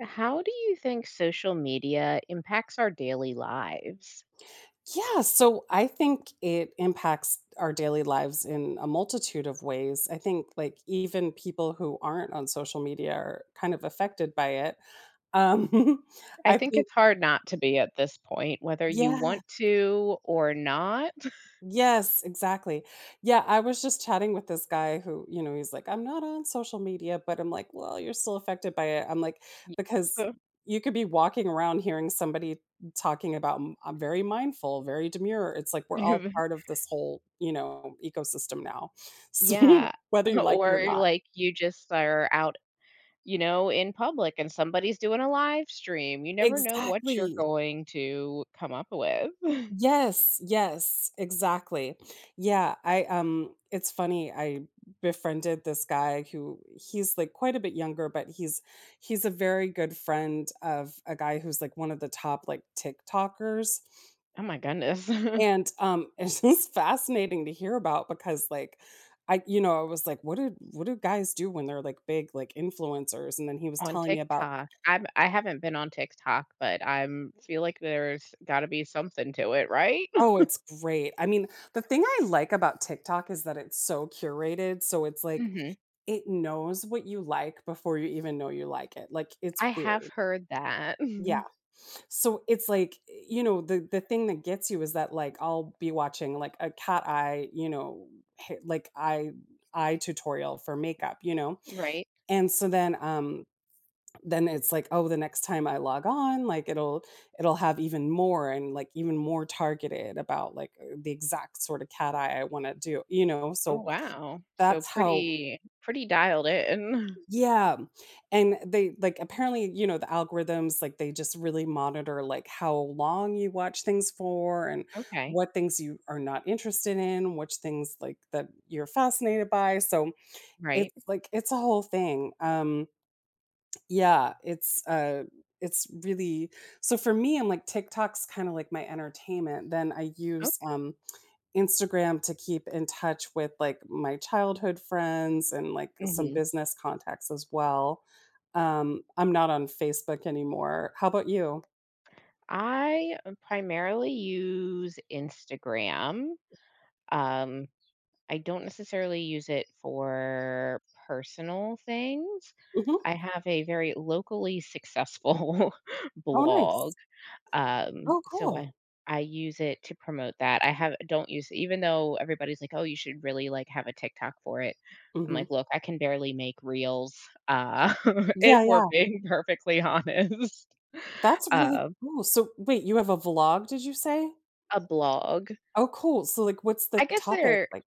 How do you think social media impacts our daily lives? Yeah, so I think it impacts our daily lives in a multitude of ways. I think like even people who aren't on social media are kind of affected by it. Um I I think think it's hard not to be at this point, whether you yeah. want to or not. Yes, exactly. Yeah, I was just chatting with this guy who, you know, he's like, I'm not on social media, but I'm like, well, you're still affected by it. I'm like, Y- because you could be walking around hearing somebody talking about, I'm very mindful, very demure. It's like we're all part of this whole, you know, ecosystem now, so, Yeah. whether you like it or Or not. like you just are out, you know, in public and somebody's doing a live stream. You never know what you're Exactly. going to come up with. Yes, yes, exactly. Yeah, I it's funny, I befriended this guy who he's like quite a bit younger, but he's a very good friend of a guy who's like one of the top like TikTokers. Oh my goodness. And it's just fascinating to hear about because like I you know, I was like, what do guys do when they're like big like influencers? And then he was On telling me about TikTok. I haven't been on TikTok, but I'm feel like there's got to be something to it, right? oh, it's great. I mean, the thing I like about TikTok is that it's so curated. So it's like Mhm. it knows what you like before you even know you like it, like, it's I have weird. heard that. Yeah. So, it's like, you know, the thing that gets you is that, like, I'll be watching, like, a cat eye, you know, ha like, eye eye tutorial for makeup, you know? Right. And so then it's like, oh, the next time I log on, like, it'll have even more and, like, even more targeted about, like, the exact sort of cat eye I wanna do, you know? Oh, So, wow. So that's how pretty pretty dialed in. yeah, and they like, apparently, you know, the algorithms, like, they just really monitor, like, how long you watch things for and Okay. what things you are not interested in, which things, like, that you're fascinated by, so it's, Right. like it's a whole thing, yeah, it's really so for me, I'm like, TikTok's kinda like my entertainment, then I use, Okay. Instagram to keep in touch with, like, my childhood friends and, like, some Mhm. business contacts as well. I'm not on Facebook anymore. How about you? I, primarily use Instagram. Um, I don't necessarily use it for personal things. Mhm. I have a very locally successful Oh, blog. nice. Um, Oh, so I cool. I use it to promote that. I have don't use Even though everybody's like, "Oh, you should really, like, have a TikTok for it." I'm Mhm. like, "Look, I can barely make reels, uh, Yeah, if we're yeah. being perfectly honest." That's really Um, cool. So, wait, you have a vlog, did you say? a blog. Oh, cool. So, like, what's the I guess topic? they're Like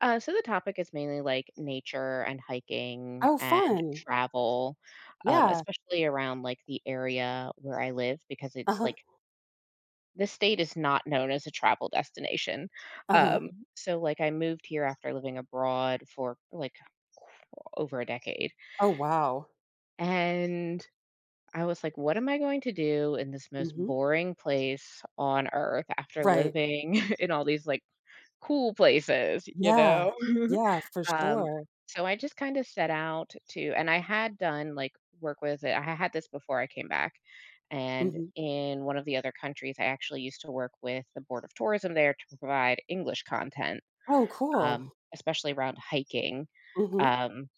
so the topic is mainly, like, nature and hiking oh, and fun. travel, Yeah. especially around, like, the area where I live because it's, Uh-huh. like, this state is not known as a travel destination. Uh-huh. Mhm. So, like, I moved here after living abroad for, like, over a decade, Oh, wow. and I was like, "What am I going to do in this most Mhm. boring place on earth after Right. living in all these, like, cool places?" You Yeah. know? Yeah, for Um, sure. so I just kinda set out to and I had done, like, work with it. I had this before I came back, and Mhm. in one of the other countries, I actually used to work with the board of tourism there to provide English content, Oh, cool. Especially around hiking, Mhm. um,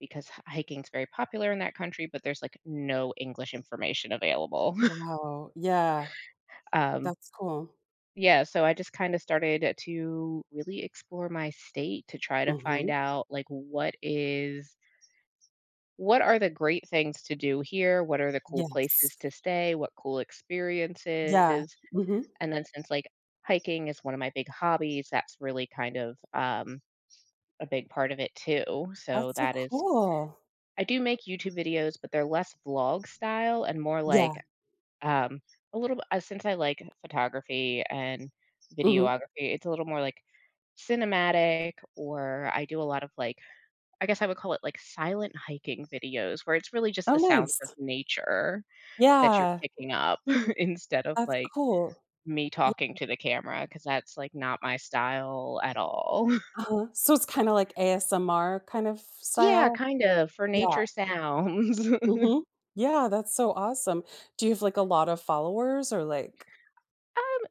because hiking is very popular in that country, but there's, like, no English information available. Wow, yeah, Um, that's cool. yeah, so I just kinda started to really explore my state to try to find Mhm. out, like, what are the great things to do here? What are the cool Yes. places to stay? What cool Yeah, experiences? mhm. And then since, like, hiking is one of my big hobbies, that's really kind of, a big part of it too. So That's so that is cool. I do make YouTube videos, but they're less vlog style and more Yeah, like, um, a little since I like photography and mhm. videography, it's a little more, like, cinematic. Or I do a lot of, like, I guess I would call it like silent hiking videos where it's really just Oh, the sounds nice. of nature that you're Yeah, picking up instead of that's like cool. me Yeah. talking to the camera, because that's like not my style at all. Uh-huh. So it's kinda like ASMR kind of Yeah, style? kind of for Yeah, nature sounds. Mhm. Yeah, that's so awesome. Do you have, like, a lot of followers or, like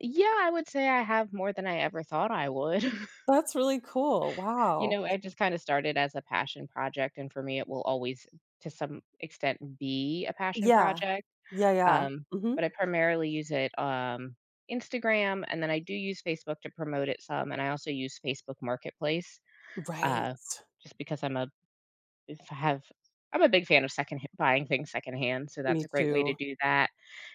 Yeah, I would say I have more than I ever thought I would. that's really cool, You wow. know, I just kind of started as a passion project, and for me, it will always, to some extent, be a passion Yeah. project. Yeah, yeah. Um, Mhm. but I primarily use it, Instagram, and then I do use Facebook to promote it some, and I also use Facebook Marketplace, Right. uh, just because have I'm a big fan of second buying things secondhand, so Me that's a great way to too, do that.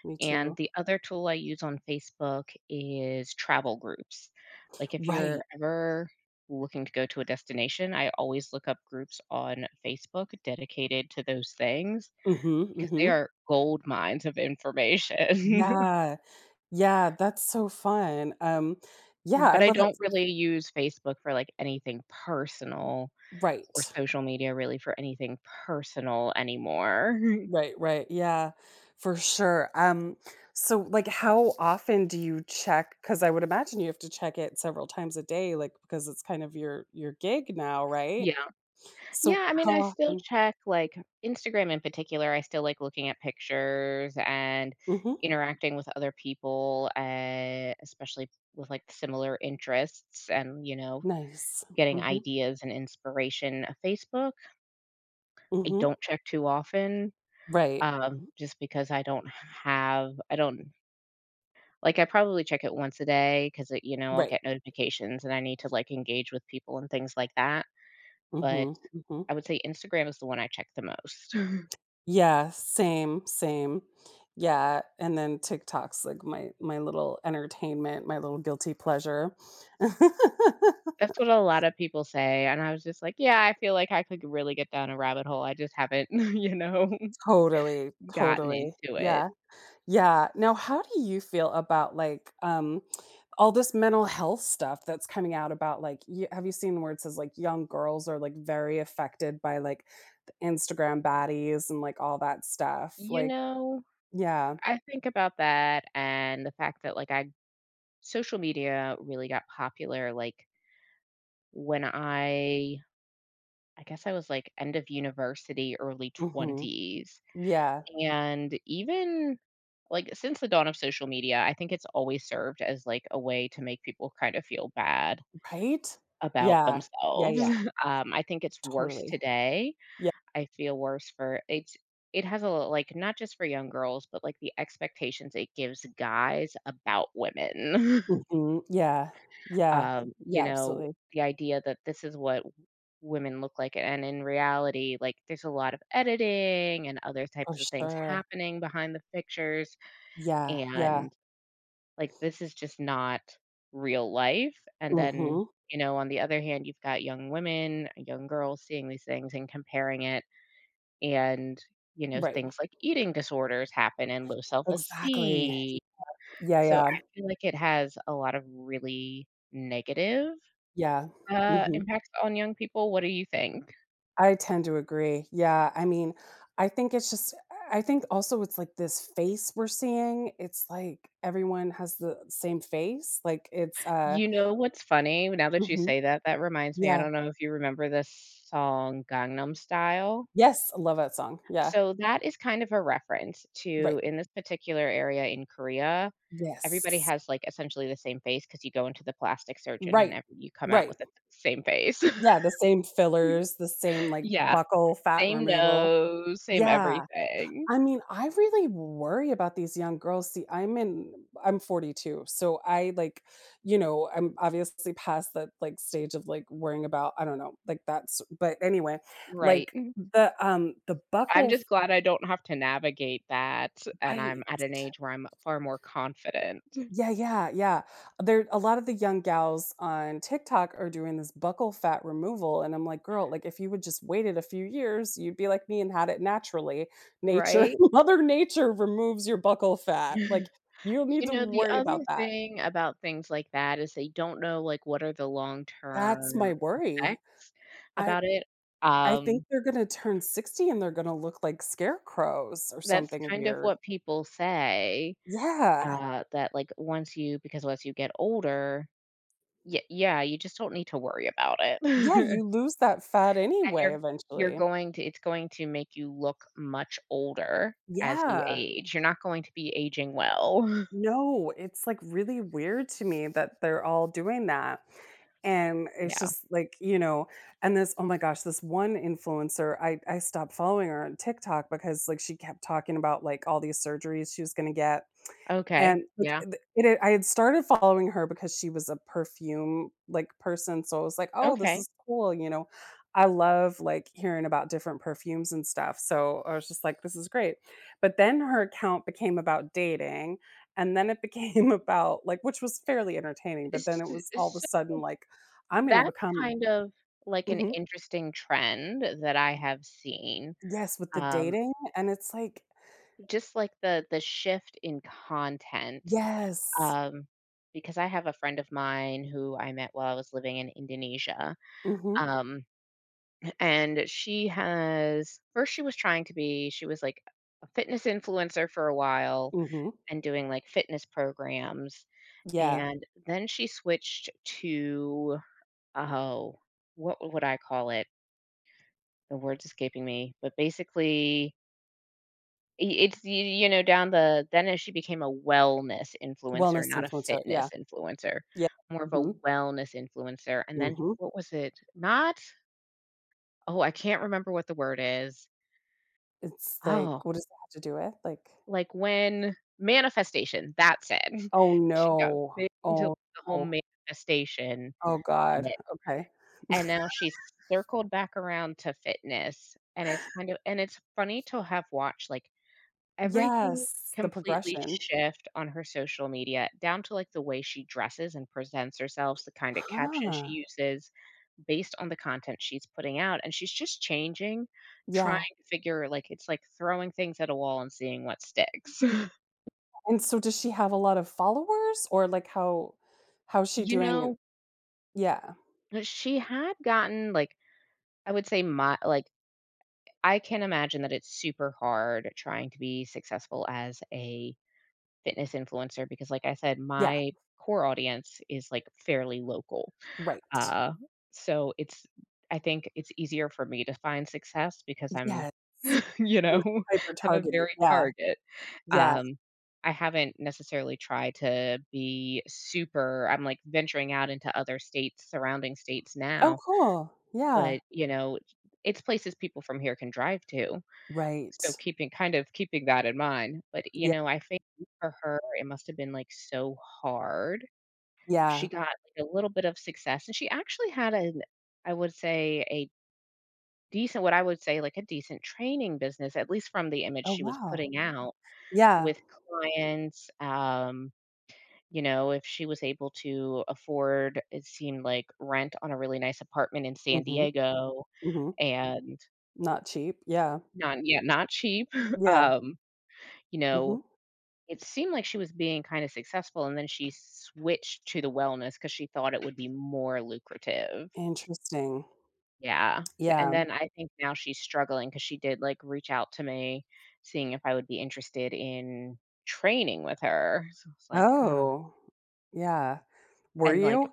me And too. the other tool I use on Facebook is travel groups. Like, if Right. you're ever looking to go to a destination, I always look up groups on Facebook dedicated to those things Mhm, because mhm. they are gold mines of information. Yeah. Yeah, that's so fun. Yeah, I But I love don't it. really use Facebook for, like, anything personal, or Right. social media really for anything personal anymore. Right, right. Yeah, for sure. So like how often do you check? Because I would imagine you have to check it several times a day, like because it's kind of your gig now, right? Yeah. So Yeah, I mean, how I still often? check, like, Instagram in particular. I still like looking at pictures and Mm-hmm. interacting with other people, especially with, like, similar interests and, you know, Nice. getting Mm-hmm. ideas and inspiration. Facebook, I Mm-hmm. don't check too often, Right. Just because I don't have I don't like, I probably check it once a day because you know, I'll Right. get notifications and I need to, like, engage with people and things like that, but Mm-hmm. Mm-hmm. I would say Instagram is the one I check the most. Yeah, same, same. Yeah, and then TikTok's like my little entertainment, my little guilty pleasure. That's what a lot of people say, and I was just like, "Yeah, I feel like I could really get down a rabbit hole, I just haven't, you know, Totally, gotten totally. into it." Yeah. Yeah. Now, how do you feel about, like, all this mental health stuff that's coming out about, like, you have you seen where it says, like, young girls are, like, very affected by, like, Instagram baddies and, like, all that stuff? You Like know, yeah. I think about that and the fact that, like, I social media really got popular, like, when I guess I was, like, end of university, early Mhm. 20s. Yeah. And even like since the dawn of social media, I think it's always served as like a way to make people kind of feel bad Right? about Yeah. Yeah, themselves. yeah. I think it's worse Totally. today. Yeah. I feel worse for it's It has a like not just for young girls, but like the expectations it gives guys about women. Mhm. Yeah. Yeah. You Yeah, know, absolutely. the idea that this is what women look like, and in reality like there's a lot of editing and other For types of things sure. happening behind the pictures, Yeah, yeah. and like, this is just not real life. And then, Mhm. you know, on the other hand, you've got young women, young girls seeing these things and comparing it, and, you know, Right. things like eating disorders happen and low Exactly. self-esteem. Yeah, So yeah. I feel like it has a lot of really negative, Yeah. Mhm. impacts on young people. What do you think? I tend to agree. Yeah, I mean, I think it's just I think also it's like this face we're seeing. It's like everyone has the same face. Like it's You know what's funny? Now that you mhm. say that, that reminds me, I Yeah. don't know if you remember this song Gangnam Style? Yes, I love that song. Yeah. So that is kind of a reference Right. to in this particular area in Korea, everybody Yes. has, like, essentially the same face because you go into the plastic surgeon and Right. ev you come out Right. with the same face. Yeah, the same fillers, the same, like, Yeah, buckle fat same removal. nose, same Yeah. everything. I mean, I really worry about these young girls. See, I'm 42, so I, like, you know, I'm obviously past that, like, stage of, like, worrying about I don't know, like, that's but anyway, Right. like, the I'm buckle f just glad I don't have to navigate that, and I'm right. at an age where I'm far more confident. Yeah, yeah, yeah. There a lot of the young gals on TikTok are doing this buckle fat removal and I'm like, "Girl, like if you would just waited a few years, you'd be like me and had it naturally. Nature Right? Mother Nature removes your buckle fat. Like you don't need You to know, the worry other about that." thing about things like that is they don't know, like, what are the That's long-term my worry. effects I about it. I think Um, they're gonna turn 60 and they're gonna look like scarecrows or that's something kind of weird. what people say, Yeah. That, like, once you because once you get older, yeah, yeah, you just don't need to worry about Yeah, it. you lose that fat And anyway you're eventually. going to it's going to make you look much older as you Yeah. age. You're not going to be aging well. No, it's, like, really weird to me that they're all doing that, and it's Yeah. just, like, you know and this oh my gosh, this one influencer, I stopped following her on TikTok because, like, she kept talking about, like, all these surgeries she was gonna get, Okay. and, like, Yeah. I had started following her because she was a perfume, like, person, so I was like, "Oh, this Okay. is cool," you know? I love, like, hearing about different perfumes and stuff, so I was just like, "This is great," but then her account became about dating, and then it became about, like which was fairly entertaining, but S then it was all of a s sudden like, I'm gonna That's become kind of like an mhm. interesting trend that I have seen, Yes, with the um, dating, and it's like just like the shift in content, yes. um, because I have a friend of mine who I met while I was living in Indonesia, Mhm, um, and she has first she was trying to be she was like a fitness influencer for a while mhm. and doing like fitness programs, Yeah. and then she switched to, oh, what would I call it? The word's escaping me, but basically I it's you you know, down the then as she became a wellness influencer, Wellness not a influencer, yeah. fitness influencer, Yeah. more of a Mhm, wellness influencer. And then mhm. what was it? Not oh, I can't remember what the word is. It's like, Oh, what does that have to do with? Like like when manifestation, that's it. oh, She got no. big into Oh, the whole no. manifestation Oh, god. bit, Okay. and now she's circled back around to fitness, and it's kind of and it's funny to have watched, like, everything Yes, the completely progression. shift on her social media, down to, like, the way she dresses and presents herself, the kinda caption Huh. she uses based on the content she's putting out, and she's just changing, trying Yeah, to figure like, it's like throwing things at a wall and seeing what sticks. and so does she have a lot of followers? Or, like, how how's she You doing know, yeah. she had gotten, like, I would say my like, I can imagine that it's super hard trying to be successful as a fitness influencer because, like I said, Yeah. my core audience is, like, fairly local. Right. Uh, so it's I think it's easier for me to find success because I'm, Yeah. you You're know, hyper have a targeted. very Yeah. target. Yeah. Um, I haven't necessarily tried to be super I'm, like, venturing out into other states, surrounding states Oh, now, cool. Yeah. but, you know, it's places people from here can drive to, Right. so keeping kind of keeping that in mind. But, you Yeah. know, I think for her, it must have been, like, so hard. She Yeah. got, like, a little bit of success, and she actually had an I would say, a decent what I would say, like, a decent training business, at least from the image Oh, she was wow. putting out Yeah. with clients, you know, if she was able to afford, it seemed like, rent on a really nice apartment in San Mhm. Diego, Mhm. and Not cheap. Yeah. not yeah, not cheap, Yeah. um, you know, Mhm. it seemed like she was being kinda successful, and then she switched to the wellness because she thought it would be more lucrative. Interesting. Yeah, so and Yeah. then I think now she's struggling because she did, like, reach out to me, seeing if I would be interested in training with her, so it's like, "Ugh," Oh. Yeah. Were and, like, you?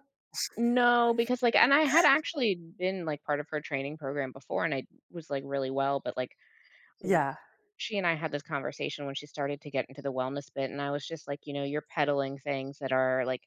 no, because, like, and I had actually been, like, part of her training program before, and I was, like, really well, but, like, w Yeah. she and I had this conversation when she started to get into the wellness bit, and I was just like, "You know, you're peddling things that are, like,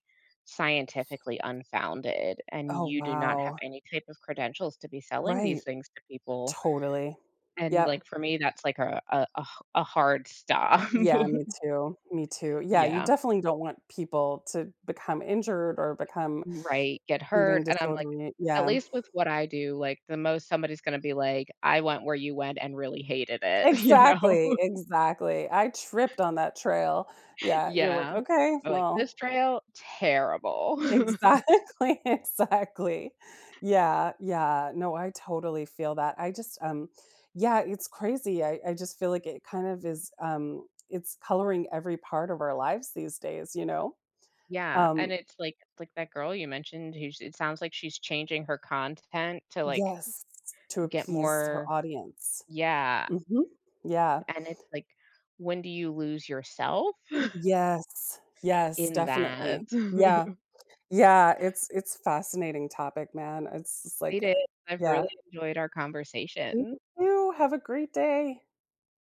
scientifically unfounded, and Oh, you do not have wow. any type of credentials to be selling these Right. things to people." Totally. And, Yep. like, for me, that's like a h a hard stop. Yeah, me too. Me too. Yeah, you Yeah. definitely don't want people to become injured or become Right, get eating hurt, and I'm like disorder, at yeah. least with what I do, like, the most somebody's gonna be like, "I went where you went and really hated it," you know? Exactly, exactly. I tripped on that trail. Yeah, you're like, Yeah. "Okay, Or like, "This well" trail, terrible." exactly, exactly. Yeah, yeah. No, I totally feel that. I just, yeah, it's crazy. I just feel like it kind of is, it's coloring every part of our lives these days, you know? Yeah, and Um it's like that girl you mentioned who's it sounds like she's changing her content to, like, Yes, to get appease her more audience. yeah, Mhm. Yeah. and it's like, when do you lose yourself Yes, yes, in that? definitely. Yeah. Yeah, it's fascinating topic, man. It's just It like, is. I've yeah. really enjoyed our You conversation. too. Have a great day.